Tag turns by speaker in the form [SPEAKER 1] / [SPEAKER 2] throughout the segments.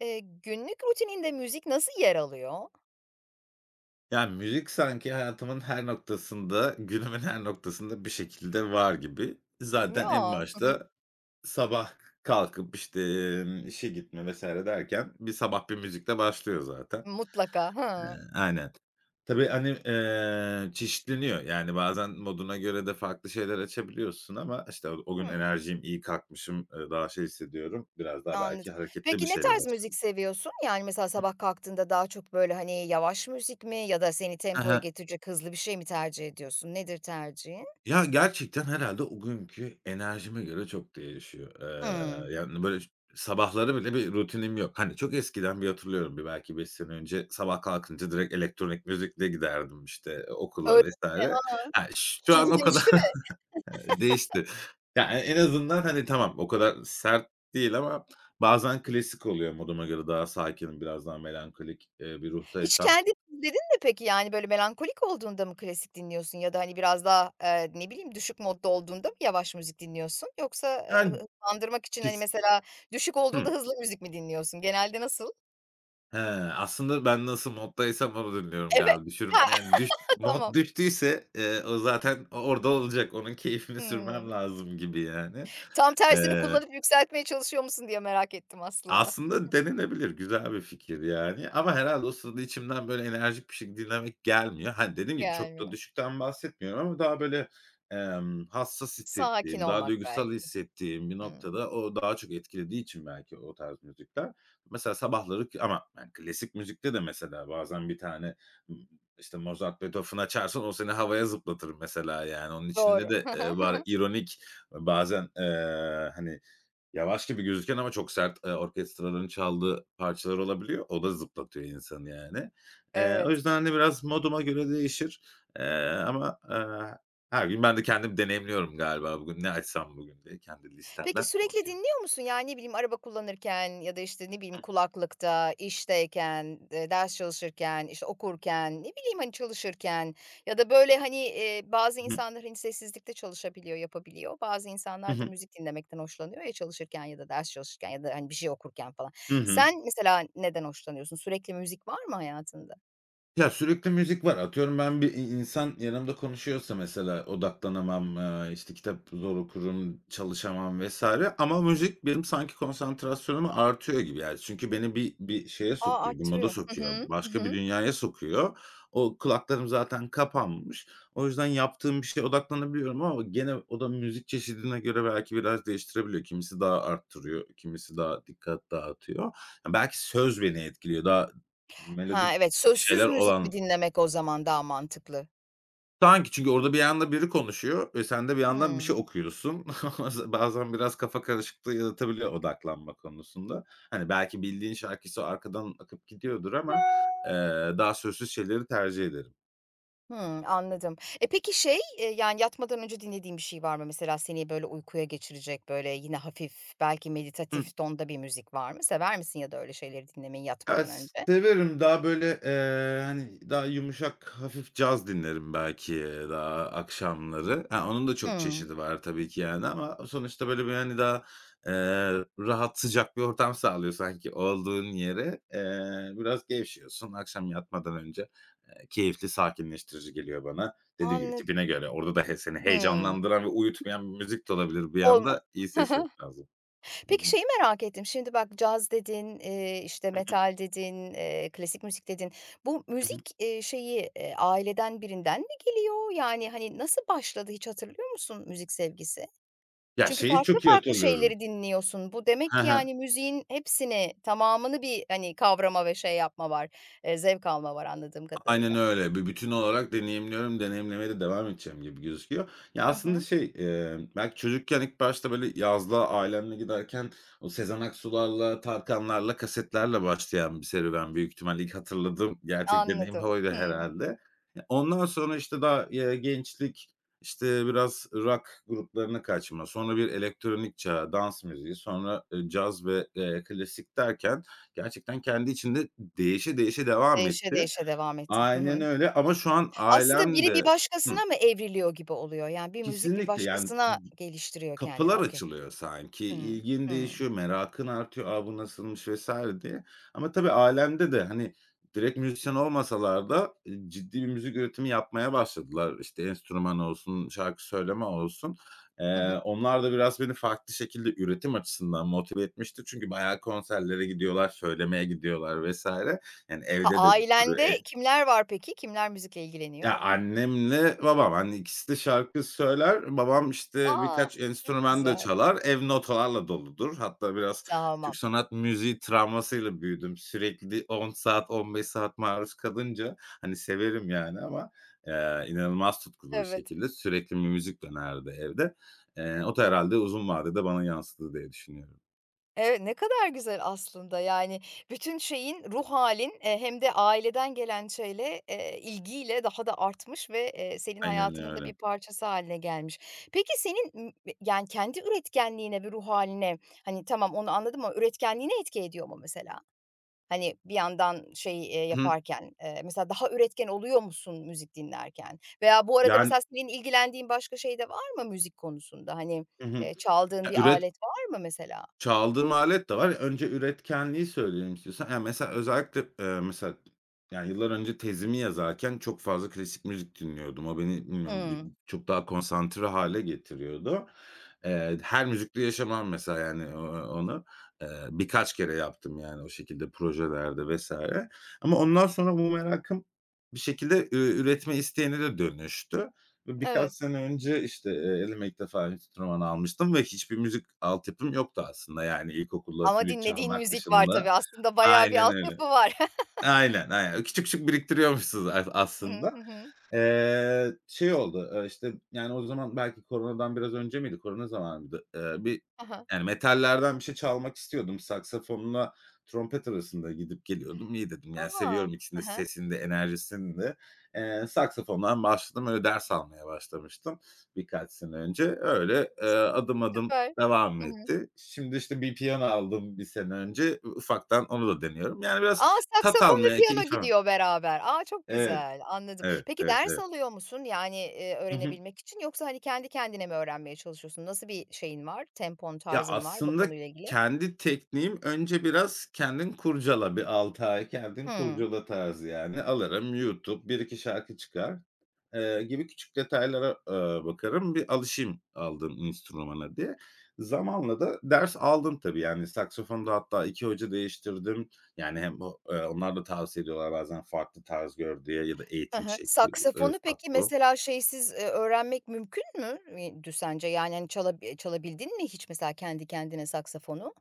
[SPEAKER 1] Günlük rutininde müzik nasıl yer alıyor?
[SPEAKER 2] Yani müzik sanki hayatımın her noktasında, günümün her noktasında bir şekilde var gibi. Zaten
[SPEAKER 1] Ya,
[SPEAKER 2] en
[SPEAKER 1] hı hı.
[SPEAKER 2] başta sabah kalkıp, işte, işe gitme vesaire derken bir sabah bir müzikle başlıyor zaten.
[SPEAKER 1] Mutlaka. Hıı.
[SPEAKER 2] Aynen. Tabii, hani, çeşitleniyor. Yani, bazen moduna göre de farklı şeyler açabiliyorsun ama, işte, o gün
[SPEAKER 1] Hımm.
[SPEAKER 2] enerjim iyi kalkmışım, daha şey hissediyorum. Biraz daha belki
[SPEAKER 1] Anladım.
[SPEAKER 2] hareketli bir
[SPEAKER 1] Peki ne
[SPEAKER 2] şeyle
[SPEAKER 1] tarz müzik
[SPEAKER 2] başladım.
[SPEAKER 1] seviyorsun? Yani, mesela sabah kalktığında daha çok, böyle, hani, yavaş müzik mi ya da seni tempoya getirecek hızlı bir şey mi tercih ediyorsun? Nedir tercihin?
[SPEAKER 2] Ya, gerçekten herhâlde o günkü enerjime göre çok değişiyor.
[SPEAKER 1] Hımm.
[SPEAKER 2] Yani, böyle, sabahları bile bir rutinim yok. Hani, çok eskiden bir hatırlıyorum, bir belki 5 sene önce sabah kalkınca direkt elektronik müzikle giderdim, işte,
[SPEAKER 1] Öyle
[SPEAKER 2] okula
[SPEAKER 1] mi?
[SPEAKER 2] vs.
[SPEAKER 1] A!
[SPEAKER 2] Ha, şu
[SPEAKER 1] Şimdi
[SPEAKER 2] an o kadar
[SPEAKER 1] değişti mi?
[SPEAKER 2] değişti. Ya, en azından, hani, tamam, o kadar sert değil ama bazen klasik oluyor moduma göre daha sakin, biraz daha melankolik, bir
[SPEAKER 1] Hiç
[SPEAKER 2] ruhtaysam.
[SPEAKER 1] kendin dinledin mi peki? Yani, böyle, melankolik olduğunda mı klasik dinliyorsun ya da, hani, biraz daha, ne bileyim, düşük modda olduğunda mı yavaş müzik dinliyorsun? Yoksa,
[SPEAKER 2] Yani,
[SPEAKER 1] hızlandırmak için, hani,
[SPEAKER 2] kes
[SPEAKER 1] mesela düşük olduğunda
[SPEAKER 2] Hıı.
[SPEAKER 1] hızlı müzik mi dinliyorsun? Genelde nasıl?
[SPEAKER 2] He, aslında ben nasıl moddaysam onu dinliyorum
[SPEAKER 1] Evet.
[SPEAKER 2] galiba. Düşürüm
[SPEAKER 1] Ha,
[SPEAKER 2] yani mod
[SPEAKER 1] tamam.
[SPEAKER 2] düştüyse, o zaten o orada olacak. Onun keyfini sürmem
[SPEAKER 1] Hımm.
[SPEAKER 2] lazım gibi yani.
[SPEAKER 1] Tam tersini
[SPEAKER 2] Eee
[SPEAKER 1] kullanıp yükseltmeye çalışıyor musun diye merak ettim aslında.
[SPEAKER 2] Aslında denenebilir, güzel bir fikir yani ama herhâlde o sırada içimden böyle enerjik bir şey dinlemek gelmiyor. Hani, dediğim gibi çok da
[SPEAKER 1] Gelmiyor.
[SPEAKER 2] düşükten bahsetmiyorum ama daha böyle, hassas
[SPEAKER 1] Sakin
[SPEAKER 2] hissettiğim, daha
[SPEAKER 1] olmak
[SPEAKER 2] duygusal
[SPEAKER 1] belki.
[SPEAKER 2] hissettiğim bir
[SPEAKER 1] Hımm.
[SPEAKER 2] noktada o daha çok etkilediği için belki o tarz müzikler. Mesela sabahları ama yani klasik müzikte de mesela bazen bir tane, ımm, işte, Mozart, Beethoven açarsan o seni havaya zıplatır mesela yani. Onun içinde
[SPEAKER 1] Doğru.
[SPEAKER 2] de, var ironik bazen, hani, yavaş gibi gözüken ama çok sert, orkestraların çaldığı parçalar olabiliyor. O da zıplatıyor insanı yani. O
[SPEAKER 1] Evet.
[SPEAKER 2] yüzden, hani, biraz moduma göre değişir. Eee, ama, her gün ben de kendim deneyimliyorum galiba bugün ne açsam bugün diye kendi
[SPEAKER 1] Peki
[SPEAKER 2] listemden
[SPEAKER 1] sürekli
[SPEAKER 2] bakıyorum.
[SPEAKER 1] dinliyor musun? Yani, ne bileyim, araba kullanırken ya da, işte, ne bileyim, kulaklıkta, işteyken, ders çalışırken, işte, okurken, ne bileyim, hani, çalışırken ya da, böyle, hani, bazı
[SPEAKER 2] Hı hı.
[SPEAKER 1] insanlar, hani, sessizlikte çalışabiliyor, yapabiliyor. Bazı
[SPEAKER 2] Hı
[SPEAKER 1] insanlar da
[SPEAKER 2] hı.
[SPEAKER 1] müzik dinlemekten hoşlanıyor ya çalışırken ya da ders çalışırken ya da, hani, bir şey okurken falan.
[SPEAKER 2] Hı hı.
[SPEAKER 1] Sen mesela neden hoşlanıyorsun? Sürekli müzik var mı hayatında?
[SPEAKER 2] Ya, sürekli müzik var. Atıyorum ben bir insan yanımda konuşuyorsa mesela odaklanamam, işte, kitap zor okurum, çalışamam vesaire. Ama müzik benim sanki konsantrasyonumu artıyor gibi, yani. Çünkü beni bir şeye
[SPEAKER 1] A,
[SPEAKER 2] sokuyor, bir moda
[SPEAKER 1] arttırıyor. Hı
[SPEAKER 2] sokuyor,
[SPEAKER 1] hı. Hı
[SPEAKER 2] başka bir
[SPEAKER 1] hı.
[SPEAKER 2] dünyaya sokuyor. O kulaklarım zaten kapanmış. O yüzden yaptığım bir şeye odaklanabiliyorum ama gene o da müzik çeşidine göre belki biraz değiştirebiliyor. Kimisi daha arttırıyor, kimisi daha dikkat dağıtıyor. Ya, belki söz beni etkiliyor. Daha
[SPEAKER 1] Ha,
[SPEAKER 2] melodik
[SPEAKER 1] evet, sözsüz
[SPEAKER 2] şeyler
[SPEAKER 1] müzik mi
[SPEAKER 2] olan.
[SPEAKER 1] dinlemek o zaman daha mantıklı?
[SPEAKER 2] Sanki çünkü orada bir yanda biri konuşuyor ve sen de bir yandan bir
[SPEAKER 1] Hıı.
[SPEAKER 2] şey okuyorsun. Bazen biraz kafa karışıklığı yaratabiliyor odaklanma konusunda. Hani belki bildiğin şarkıysa arkadan akıp gidiyordur ama, eee, daha sözsüz şeyleri tercih ederim.
[SPEAKER 1] Hımm, anladım. E, peki şey, yani, yatmadan önce dinlediğin bir şey var mı? Mesela seni, böyle, uykuya geçirecek, böyle, yine hafif, belki meditatif tonda bir müzik var mı? Sever misin ya da öyle şeyleri dinlemeyi
[SPEAKER 2] Ya,
[SPEAKER 1] yatmadan önce?
[SPEAKER 2] severim daha böyle, hani, daha yumuşak, hafif caz dinlerim belki, daha akşamları. Ha, onun da çok
[SPEAKER 1] Hımm,
[SPEAKER 2] çeşidi var tabii ki yani ama sonuçta böyle bir, hani, daha, eee, rahat, sıcak bir ortam sağlıyor sanki olduğun yere. Biraz gevşiyorsun. Akşam yatmadan önce, keyifli, sakinleştirici geliyor bana. Dediğim gibi
[SPEAKER 1] anladım.
[SPEAKER 2] tipine göre orada da he seni
[SPEAKER 1] Hımm.
[SPEAKER 2] heyecanlandıran ve uyutmayan bir müzik de olabilir bir
[SPEAKER 1] Olma
[SPEAKER 2] yanda. İyi
[SPEAKER 1] Hı hı.
[SPEAKER 2] seçmek lazım. Hı
[SPEAKER 1] Peki
[SPEAKER 2] hı.
[SPEAKER 1] şeyi merak ettim. Şimdi bak caz dedin, işte, metal dedin, klasik müzik dedin. Bu
[SPEAKER 2] Hı
[SPEAKER 1] müzik,
[SPEAKER 2] hı.
[SPEAKER 1] şeyi, aileden birinden mi geliyor? Yani, hani, nasıl başladı hiç hatırlıyor musun müzik sevgisi?
[SPEAKER 2] Ya,
[SPEAKER 1] Çünkü
[SPEAKER 2] şeyi
[SPEAKER 1] farklı
[SPEAKER 2] çok iyi
[SPEAKER 1] farklı
[SPEAKER 2] hatırlıyorum.
[SPEAKER 1] şeyleri dinliyorsun. Bu demek ki, yani, müziğin hepsini, tamamını bir, hani, kavrama ve şey yapma var, zevk alma var anladığım
[SPEAKER 2] Aynen
[SPEAKER 1] kadarıyla.
[SPEAKER 2] öyle. Bir bütün olarak deneyimliyorum, deneyimlemeye de devam edeceğim gibi gözüküyor. Ya,
[SPEAKER 1] Hı
[SPEAKER 2] aslında
[SPEAKER 1] hı.
[SPEAKER 2] şey, belki çocukken ilk başta, böyle, yazlığa ailemle giderken o Sezen Aksu'larla, Tarkanlarla, kasetlerle başlayan bir serüven büyük ihtimalle. İlk hatırladığım gerçek deneyim
[SPEAKER 1] Anladım.
[SPEAKER 2] oydu
[SPEAKER 1] Hımm.
[SPEAKER 2] herhalde. Ya, ondan sonra, işte, daha, gençlik, işte, biraz rock gruplarına kaçma, sonra bir elektronik çağa, dans müziği, sonra, caz ve, klasik derken gerçekten kendi içinde değişe değişe devam
[SPEAKER 1] Değişe
[SPEAKER 2] etti.
[SPEAKER 1] değişe devam etti. Hı hı.
[SPEAKER 2] Aynen öyle ama şu an
[SPEAKER 1] Aslında
[SPEAKER 2] ailem
[SPEAKER 1] biri bir
[SPEAKER 2] de. Hıh.
[SPEAKER 1] başkasına mı evriliyor gibi oluyor? Yani, bir müzik bir
[SPEAKER 2] Kesinlikle, yani,
[SPEAKER 1] başkasına geliştiriyor kendini.
[SPEAKER 2] kapılar
[SPEAKER 1] Okey.
[SPEAKER 2] açılıyor sanki.
[SPEAKER 1] Hı
[SPEAKER 2] İlgin
[SPEAKER 1] Hımm.
[SPEAKER 2] değişiyor, merakın artıyor, "A, bu nasılmış?" vesaire diye. Ama tabii ailemde de, hani, direkt müzisyen olmasalar da, ciddi bir müzik üretimi yapmaya başladılar. İşte, enstrüman olsun, şarkı söyleme olsun.
[SPEAKER 1] Hı hı.
[SPEAKER 2] Onlar da biraz beni farklı şekilde üretim açısından motive etmişti. Çünkü bayağı konserlere gidiyorlar, söylemeye gidiyorlar vesaire. Yani,
[SPEAKER 1] Ha,
[SPEAKER 2] evde de bir sürü.
[SPEAKER 1] ailende kimler var peki? Kimler müzikle ilgileniyor?
[SPEAKER 2] Ya, annemle babam, hani, ikisi de şarkı söyler. Babam, işte,
[SPEAKER 1] A!
[SPEAKER 2] birkaç
[SPEAKER 1] Çok
[SPEAKER 2] enstrüman da
[SPEAKER 1] güzel.
[SPEAKER 2] çalar. Ev notalarla doludur. Hatta biraz Türk
[SPEAKER 1] Tamam.
[SPEAKER 2] sanat müziği travmasıyla büyüdüm. Sürekli 10 saat, 15 saat maruz kalınca, hani, severim yani ama, inanılmaz tutkulu bir
[SPEAKER 1] Evet.
[SPEAKER 2] şekilde sürekli bir müzik dönerdi evde. O da herhalde uzun vadede bana yansıdı diye düşünüyorum.
[SPEAKER 1] Evet, ne kadar güzel aslında. Yani, bütün şeyin, ruh halin hem de aileden gelen şeyle, ilgiyle daha da artmış ve, senin
[SPEAKER 2] Aynen
[SPEAKER 1] hayatının da bir
[SPEAKER 2] öyle.
[SPEAKER 1] parçası haline gelmiş. Peki senin, yani, kendi üretkenliğine ve ruh haline hani, tamam onu anladım ama üretkenliğine etki ediyor mu mesela? Hani, bir yandan şey,
[SPEAKER 2] Hı.
[SPEAKER 1] yaparken, mesela daha üretken oluyor musun müzik dinlerken? Veya bu arada
[SPEAKER 2] Yani.
[SPEAKER 1] mesela senin ilgilendiğin başka şey de var mı müzik konusunda? Hani,
[SPEAKER 2] Hı hı.
[SPEAKER 1] çaldığın
[SPEAKER 2] Ya,
[SPEAKER 1] bir alet var mı mesela?
[SPEAKER 2] çaldığım alet de var. Önce üretkenliği söyleyeyim istiyorsan. Yani mesela özellikle, mesela, yani, yıllar önce tezimi yazarken çok fazla klasik müzik dinliyordum. O beni bilmiyorum bi
[SPEAKER 1] Hıı.
[SPEAKER 2] çok daha konsantre hale getiriyordu. Her müzikle yaşamam mesela, yani, o onu. Birkaç kere yaptım, yani, o şekilde projelerde vesaire. Ama ondan sonra bu merakım bir şekilde, üretme isteğine de dönüştü. Ve birkaç
[SPEAKER 1] Evet.
[SPEAKER 2] sene önce, işte, elime ilk defa enstrüman almıştım ve hiçbir müzik altyapım yoktu aslında, yani, ilkokulda
[SPEAKER 1] Ama
[SPEAKER 2] flüt
[SPEAKER 1] dinlediğin
[SPEAKER 2] çalmak
[SPEAKER 1] müzik var
[SPEAKER 2] dışında.
[SPEAKER 1] tabii. Aslında bayağı bir
[SPEAKER 2] Aynen öyle.
[SPEAKER 1] altyapı var.
[SPEAKER 2] Aynen, aynen. Küçük küçük biriktiriyormuşsunuz
[SPEAKER 1] Hı
[SPEAKER 2] aslında.
[SPEAKER 1] hı.
[SPEAKER 2] Şey oldu, işte, yani, o zaman belki koronadan biraz önce miydi? Korona zamanı mıydı? Bir,
[SPEAKER 1] Hı aha. Hı hı.
[SPEAKER 2] yani, metallerden bir şey çalmak istiyordum. Saksafonla trompet arasında gidip geliyordum. İyi dedim, yani, seviyorum ikisinin de sesini de enerjisini de. Saksafondan başladım, öyle ders almaya başlamıştım birkaç sene önce. Öyle, adım adım
[SPEAKER 1] Süper.
[SPEAKER 2] devam
[SPEAKER 1] Hı hı.
[SPEAKER 2] etti. Şimdi, işte, bir piyano aldım bir sene önce. Ufaktan onu da deniyorum. Yani, biraz
[SPEAKER 1] A,
[SPEAKER 2] tat
[SPEAKER 1] saksafon ve
[SPEAKER 2] almaya,
[SPEAKER 1] piyano
[SPEAKER 2] keyif almaya.
[SPEAKER 1] gidiyor beraber. Aa çok
[SPEAKER 2] Evet.
[SPEAKER 1] güzel. Anladım.
[SPEAKER 2] Evet,
[SPEAKER 1] Peki
[SPEAKER 2] evet,
[SPEAKER 1] ders
[SPEAKER 2] evet.
[SPEAKER 1] alıyor musun? Yani,
[SPEAKER 2] Hı hı.
[SPEAKER 1] öğrenebilmek için yoksa, hani, kendi kendine mi öğrenmeye çalışıyorsun? Nasıl bir şeyin var? Tempon,
[SPEAKER 2] Ya,
[SPEAKER 1] tarzın var bu
[SPEAKER 2] aslında
[SPEAKER 1] konuyla ilgili?
[SPEAKER 2] kendi tekniğim önce biraz kendin kurcala, bir 6 ay kendin
[SPEAKER 1] Hımm.
[SPEAKER 2] kurcala tarzı yani. Alırım YouTube, bir iki şarkı çıkar, gibi küçük detaylara, bakarım, bir alışayım aldığım enstrümana diye. Zamanla da ders aldım tabii, yani saksafonda hatta 2 hoca değiştirdim. Yani hem o onlar da tavsiye ediyorlar bazen farklı tarz gör diye ya da
[SPEAKER 1] Hı
[SPEAKER 2] eğitim
[SPEAKER 1] hı.
[SPEAKER 2] şekli,
[SPEAKER 1] Saksafonu peki
[SPEAKER 2] farklı.
[SPEAKER 1] mesela şeysiz, öğrenmek mümkün mü, sence? Yani, hani, çalabildin mi hiç mesela kendi kendine saksafonu?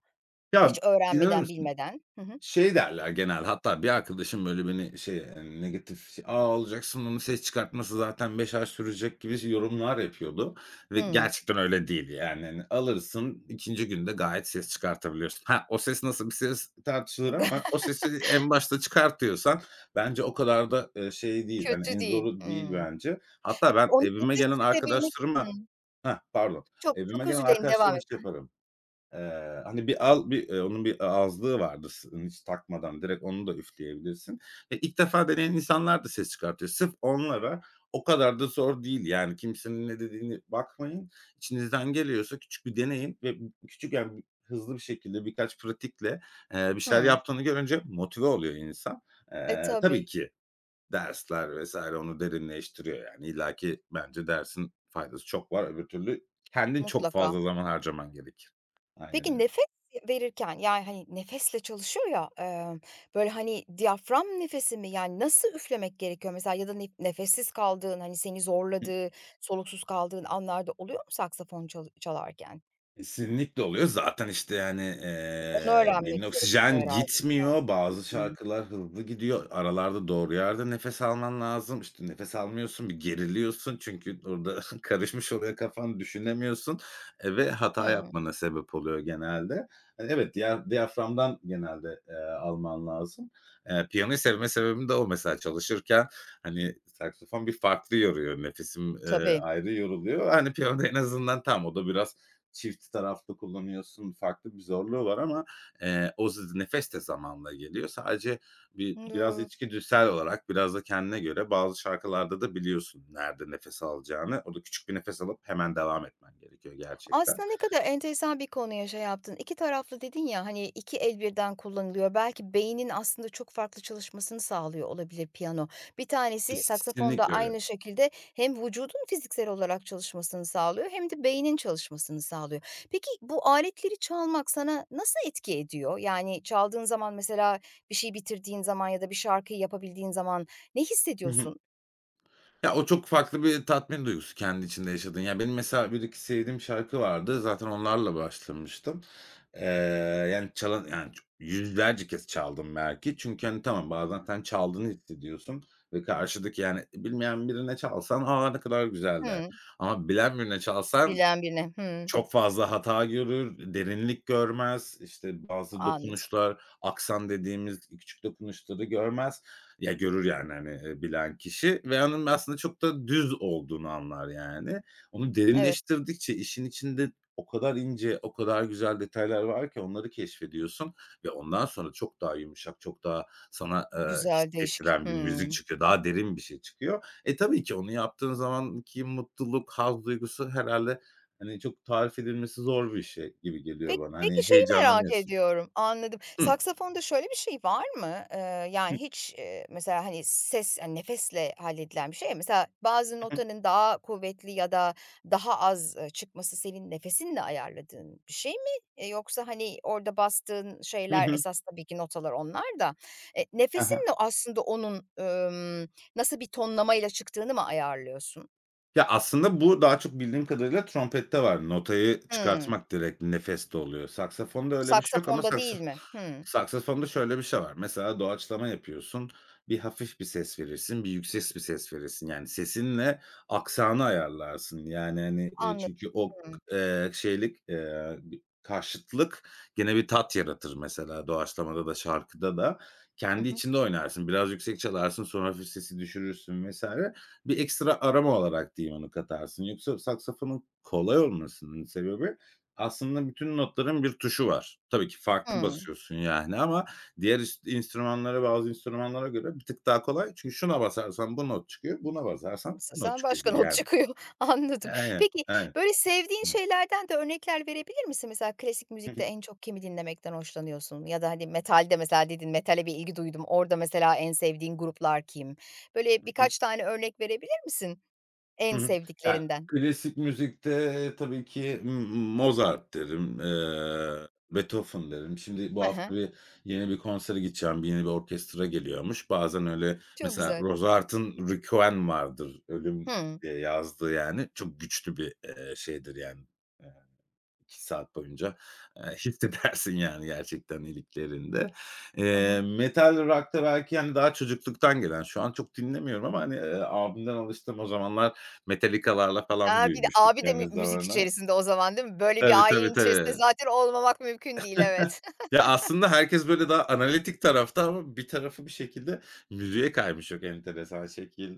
[SPEAKER 1] Hiç
[SPEAKER 2] Ya, inanır
[SPEAKER 1] öğrenmeden,
[SPEAKER 2] mısın?
[SPEAKER 1] bilmeden. Hı hı.
[SPEAKER 2] Şey derler genel, hatta bir arkadaşım böyle beni şey, negatif şey, "A, olacaksın onun ses çıkartması zaten 5 ay sürecek." gibi şey yorumlar yapıyordu ve
[SPEAKER 1] Hımm.
[SPEAKER 2] gerçekten öyle değil yani, hani, alırsın ikinci günde gayet ses çıkartabiliyorsun. Ha, o ses nasıl bir ses tartışılır ama o sesi en başta çıkartıyorsan bence o kadar da, şey değil, hani,
[SPEAKER 1] Kötü
[SPEAKER 2] en
[SPEAKER 1] değil.
[SPEAKER 2] zoru değil
[SPEAKER 1] Hımm.
[SPEAKER 2] bence. Hatta ben
[SPEAKER 1] Ona
[SPEAKER 2] evime
[SPEAKER 1] nefes
[SPEAKER 2] gelen
[SPEAKER 1] verebilmek
[SPEAKER 2] arkadaşlarıma,
[SPEAKER 1] Hımm.
[SPEAKER 2] ha pardon.
[SPEAKER 1] Çok
[SPEAKER 2] Evime
[SPEAKER 1] çok
[SPEAKER 2] gelen
[SPEAKER 1] özür dilerim, devam
[SPEAKER 2] arkadaşlarıma şey
[SPEAKER 1] et.
[SPEAKER 2] yaparım. Hani, bir al bir, onun bir azlığı vardır, hiç takmadan direkt onu da üfleyebilirsin. E, ilk defa deneyen insanlar da ses çıkartıyor. Sırf onlara o kadar da zor değil, yani, kimsenin ne dediğine bakmayın. İçinizden geliyorsa küçük bir deneyin ve küçük, yani, hızlı bir şekilde birkaç pratikle, bir şeyler
[SPEAKER 1] Hımm.
[SPEAKER 2] yaptığını görünce motive oluyor insan.
[SPEAKER 1] E,
[SPEAKER 2] Tabii
[SPEAKER 1] tabii,
[SPEAKER 2] ki dersler vesaire onu derinleştiriyor yani. İlla ki bence dersin faydası çok var. Öbür türlü kendin çok
[SPEAKER 1] mutlaka.
[SPEAKER 2] fazla zaman harcaman gerekir. Aynen
[SPEAKER 1] Peki
[SPEAKER 2] öyle.
[SPEAKER 1] nefes verirken, yani, hani, nefesle çalışıyor ya, böyle, hani, diyafram nefesi mi? Yani, nasıl üflemek gerekiyor mesela ya da nefessiz kaldığın, hani, seni zorladığı, soluksuz kaldığın anlarda oluyor mu saksafon çalarken?
[SPEAKER 2] Kesinlikle oluyor. Zaten, işte, yani,
[SPEAKER 1] Onu öğrenmek
[SPEAKER 2] beynin
[SPEAKER 1] gerekiyor
[SPEAKER 2] oksijen
[SPEAKER 1] herhâlde, değil mi?
[SPEAKER 2] gitmiyor. Bazı
[SPEAKER 1] Hı hı.
[SPEAKER 2] şarkılar hızlı gidiyor. Aralarda doğru yerde nefes alman lazım. İşte, nefes almıyorsun, bir geriliyorsun çünkü orada karışmış oluyor kafan, düşünemiyorsun, ve hata
[SPEAKER 1] Hımm.
[SPEAKER 2] yapmana sebep oluyor genelde. Hani, evet, diyaframdan genelde, alman lazım. Piyanoyu sevme sebebim de o mesela. Çalışırken, hani, saksafon bir farklı yoruyor. Nefesim,
[SPEAKER 1] Tabii.
[SPEAKER 2] ayrı yoruluyor. Hani, piyano en azından tam o da biraz çift taraflı kullanıyorsun, farklı bir zorluğu var ama, o nefes de zamanla geliyor. Sadece biraz
[SPEAKER 1] Doğru.
[SPEAKER 2] içgüdüsel olarak, biraz da kendine göre bazı şarkılarda da biliyorsun nerede nefes alacağını. Orada küçük bir nefes alıp hemen devam etmen gerekiyor gerçekten.
[SPEAKER 1] Aslında ne kadar enteresan bir konuya şey yaptın. İki taraflı dedin ya, hani, 2 el birden kullanılıyor. Belki beynin aslında çok farklı çalışmasını sağlıyor olabilir piyano. Bir tanesi saksafonda
[SPEAKER 2] Kesinlikle öyle.
[SPEAKER 1] aynı şekilde hem vücudun fiziksel olarak çalışmasını sağlıyor hem de beynin çalışmasını sağlıyor. Peki bu aletleri çalmak sana nasıl etki ediyor? Yani çaldığın zaman mesela bir şey bitirdiğin zaman ya da bir şarkıyı yapabildiğin zaman ne hissediyorsun?
[SPEAKER 2] Ya, o çok farklı bir tatmin duygusu kendi içinde yaşadığın. Ya, benim mesela bir iki sevdiğim şarkı vardı. Zaten onlarla başlamıştım. Eee, Yani, çalan yani, yüzlerce kez çaldım belki. Çünkü, hani, tamam bazen sen çaldığını hissediyorsun ve karşıdaki, yani, bilmeyen birine çalsan, "A, ne kadar güzel." der.
[SPEAKER 1] Hımm.
[SPEAKER 2] Ama bilen birine çalsan
[SPEAKER 1] Bilen birine. Hımm.
[SPEAKER 2] çok fazla hata görür, derinlik görmez, işte, bazı
[SPEAKER 1] Anladım.
[SPEAKER 2] dokunuşlar, aksan dediğimiz küçük dokunuşları görmez. Ya, görür yani, hani, bilen kişi ve onun aslında çok da düz olduğunu anlar yani. Onu
[SPEAKER 1] Evet.
[SPEAKER 2] derinleştirdikçe işin içinde o kadar ince, o kadar güzel detaylar var ki onları keşfediyorsun ve ondan sonra çok daha yumuşak, çok daha sana,
[SPEAKER 1] Güzel, değişik.
[SPEAKER 2] hissettiren bir müzik
[SPEAKER 1] Hımm.
[SPEAKER 2] çıkıyor. Daha derin bir şey çıkıyor. E, tabii ki onu yaptığın zamanki mutluluk, haz duygusu herhalde. Hani, çok tarif edilmesi zor bir şey gibi geliyor
[SPEAKER 1] Peki,
[SPEAKER 2] bana.
[SPEAKER 1] peki,
[SPEAKER 2] Hani,
[SPEAKER 1] şeyi merak
[SPEAKER 2] heyecanlanıyorsun.
[SPEAKER 1] ediyorum, anladım.
[SPEAKER 2] Hıı.
[SPEAKER 1] Saksafonda şöyle bir şey var mı? Yani
[SPEAKER 2] Hı
[SPEAKER 1] hiç, mesela, hani, ses, hani, nefesle halledilen bir şey ya, mesela bazı
[SPEAKER 2] hı.
[SPEAKER 1] notanın daha kuvvetli ya da daha az, çıkması senin nefesinle ayarladığın bir şey mi? Yoksa, hani, orada bastığın
[SPEAKER 2] Hı
[SPEAKER 1] şeyler
[SPEAKER 2] hı.
[SPEAKER 1] esas tabii ki notalar onlar da,
[SPEAKER 2] He he.
[SPEAKER 1] nefesinle aslında onun, nasıl bir tonlamayla çıktığını mı ayarlıyorsun?
[SPEAKER 2] Ya, aslında bu daha çok bildiğim kadarıyla trompette var. Notayı
[SPEAKER 1] Hımm.
[SPEAKER 2] çıkartmak direkt nefeste oluyor. Saksafonda öyle bir şey yok ama
[SPEAKER 1] Saksafonda değil mi? Hımm.
[SPEAKER 2] saksafonda şöyle bir şey var. Mesela doğaçlama yapıyorsun, bir hafif bir ses verirsin, bir yüksek bir ses verirsin. Yani sesinle aksanı ayarlarsın. Yani, hani,
[SPEAKER 1] Anladım.
[SPEAKER 2] çünkü o,
[SPEAKER 1] Hımm.
[SPEAKER 2] şeylik, bir karşıtlık gene bir tat yaratır mesela doğaçlamada da şarkıda da.
[SPEAKER 1] Hı
[SPEAKER 2] Kendi
[SPEAKER 1] hı.
[SPEAKER 2] içinde oynarsın. Biraz yüksek çalarsın, sonra hafif sesi düşürürsün vs. Bir ekstra arama olarak diyeyim onu katarsın. Yoksa saksafonun kolay olmasının sebebi aslında bütün notların bir tuşu var. Tabii ki farklı
[SPEAKER 1] Hımm.
[SPEAKER 2] basıyorsun yani ama diğer enstrümanlara, bazı enstrümanlara göre bir tık daha kolay. Çünkü şuna basarsan bu not çıkıyor, buna basarsan bu not
[SPEAKER 1] Sen
[SPEAKER 2] çıkıyor
[SPEAKER 1] başka
[SPEAKER 2] gibi
[SPEAKER 1] not
[SPEAKER 2] yani.
[SPEAKER 1] çıkıyor. Anladım.
[SPEAKER 2] Aynen,
[SPEAKER 1] Peki,
[SPEAKER 2] aynen.
[SPEAKER 1] böyle, sevdiğin şeylerden de örnekler verebilir misin? Mesela klasik müzikte en çok kimi dinlemekten hoşlanıyorsun ya da, hani, metalde mesela dedin, metale bir ilgi duydum. Orada mesela en sevdiğin gruplar kim? Böyle birkaç tane örnek verebilir misin
[SPEAKER 2] Hı
[SPEAKER 1] en
[SPEAKER 2] hı. Ya,
[SPEAKER 1] sevdiklerinden?
[SPEAKER 2] klasik müzikte tabii ki Mozart derim, Beethoven derim. Şimdi bu
[SPEAKER 1] Hı hı.
[SPEAKER 2] hafta bir yeni bir konsere gideceğim, bir yeni bir orkestra geliyormuş. Bazen öyle
[SPEAKER 1] Çok
[SPEAKER 2] mesela
[SPEAKER 1] güzel.
[SPEAKER 2] Mozart'ın Requiem vardır, Ölüm
[SPEAKER 1] Hımm.
[SPEAKER 2] diye yazdığı yani. Çok güçlü bir, şeydir yani. 2 saat boyunca, hissedersin yani gerçekten iliklerinde.
[SPEAKER 1] Hı hı.
[SPEAKER 2] Metal rock'ta belki, yani daha çocukluktan gelen, şu an çok dinlemiyorum ama, hani, abimden alıştım. O zamanlar Metallica'larla falan
[SPEAKER 1] Ha, bir de
[SPEAKER 2] büyümüştük
[SPEAKER 1] abi de
[SPEAKER 2] yani
[SPEAKER 1] müzik
[SPEAKER 2] zamanı.
[SPEAKER 1] içerisinde o zaman, değil mi? Böyle bir
[SPEAKER 2] Tabii, tabii,
[SPEAKER 1] ailenin içerisinde
[SPEAKER 2] tabii.
[SPEAKER 1] zaten olmamak mümkün değil, evet.
[SPEAKER 2] Ya, aslında herkes böyle daha analitik tarafta ama bir tarafı bir şekilde müziğe kaymış çok enteresan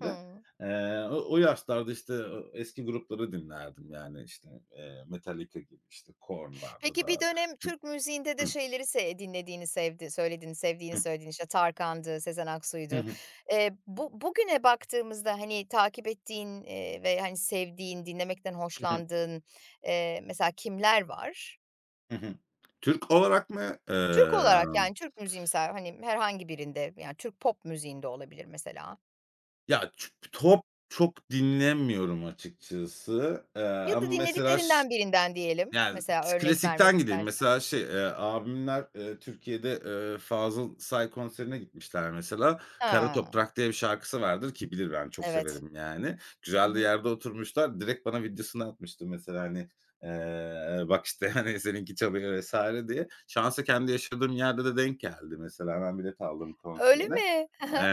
[SPEAKER 1] Hıı.
[SPEAKER 2] O yaşlarda, işte, o eski grupları dinlerdim yani, işte, Metallica gibi, işte, Korn vardı
[SPEAKER 1] Peki bir
[SPEAKER 2] da.
[SPEAKER 1] dönem Türk müziğinde de şeyleri dinlediğini, söylediğini, sevdiğini söylediğin, işte, Tarkan'dı, Sezen
[SPEAKER 2] Hı
[SPEAKER 1] Aksu'ydu.
[SPEAKER 2] hı.
[SPEAKER 1] Bu bugüne baktığımızda, hani, takip ettiğin, ve, hani, sevdiğin, dinlemekten
[SPEAKER 2] Hı hı.
[SPEAKER 1] hoşlandığın, mesela kimler var?
[SPEAKER 2] Hı hı. Türk olarak mı?
[SPEAKER 1] Türk olarak, yani, Türk müziği mesela, hani, herhangi birinde, yani, Türk pop müziğinde olabilir mesela
[SPEAKER 2] Ya, pop çok dinlemiyorum açıkçası,
[SPEAKER 1] ya da
[SPEAKER 2] ama mesela
[SPEAKER 1] dinlediklerinden birinden diyelim.
[SPEAKER 2] yani,
[SPEAKER 1] Mesela örnek vermek
[SPEAKER 2] klasikten gideyim.
[SPEAKER 1] istersen.
[SPEAKER 2] Mesela şey, abimler, Türkiye'de, Fazıl Say konserine gitmişler mesela. Kara
[SPEAKER 1] Ha,
[SPEAKER 2] Toprak diye bir şarkısı vardır ki bilir, ben çok
[SPEAKER 1] evet.
[SPEAKER 2] severim yani.
[SPEAKER 1] Hı
[SPEAKER 2] Güzel de
[SPEAKER 1] hı.
[SPEAKER 2] yerde oturmuşlar. Direkt bana videosunu atmıştı mesela, hani, "Bak, işte, hani, seninki çalıyor." vs. diye. Şansa kendi yaşadığım yerde de denk geldi mesela. Hemen bilet aldım
[SPEAKER 1] Öyle
[SPEAKER 2] konserine.
[SPEAKER 1] mi?
[SPEAKER 2] Eee,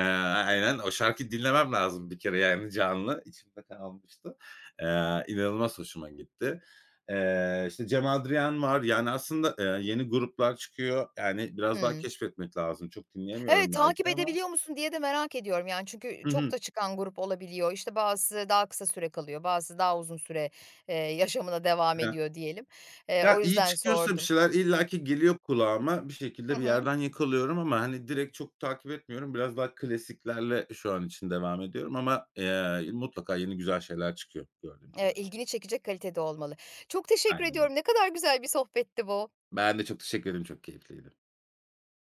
[SPEAKER 2] aynen. O şarkıyı dinlemem lazım bir kere yani canlı. İçimde kalmıştı. İnanılmaz hoşuma gitti. İşte Cem Adrian var. Yani aslında, yeni gruplar çıkıyor. Yani biraz daha
[SPEAKER 1] Hıı.
[SPEAKER 2] keşfetmek lazım. Çok
[SPEAKER 1] Evet,
[SPEAKER 2] dinleyemiyorum
[SPEAKER 1] takip
[SPEAKER 2] belki ama.
[SPEAKER 1] edebiliyor musun diye de merak ediyorum yani çünkü
[SPEAKER 2] Hı
[SPEAKER 1] çok
[SPEAKER 2] hı.
[SPEAKER 1] da çıkan grup olabiliyor. İşte bazısı daha kısa süre kalıyor, bazısı daha uzun süre, yaşamına devam
[SPEAKER 2] Heh.
[SPEAKER 1] ediyor diyelim. O
[SPEAKER 2] Ya, iyi
[SPEAKER 1] yüzden
[SPEAKER 2] çıkıyorsa bir
[SPEAKER 1] sordum.
[SPEAKER 2] şeyler illaki geliyor kulağıma. Bir
[SPEAKER 1] Hı
[SPEAKER 2] şekilde bir
[SPEAKER 1] hı.
[SPEAKER 2] yerden yakalıyorum ama, hani, direkt çok takip etmiyorum. Biraz daha klasiklerle şu an için devam ediyorum ama, mutlaka yeni güzel şeyler çıkıyor gördüğüm kadarıyla.
[SPEAKER 1] İlgini çekecek kalitede olmalı. Çok teşekkür
[SPEAKER 2] Aynen öyle.
[SPEAKER 1] ediyorum. Ne kadar güzel bir sohbetti bu.
[SPEAKER 2] Ben de çok teşekkür ederim. Çok keyifliydi.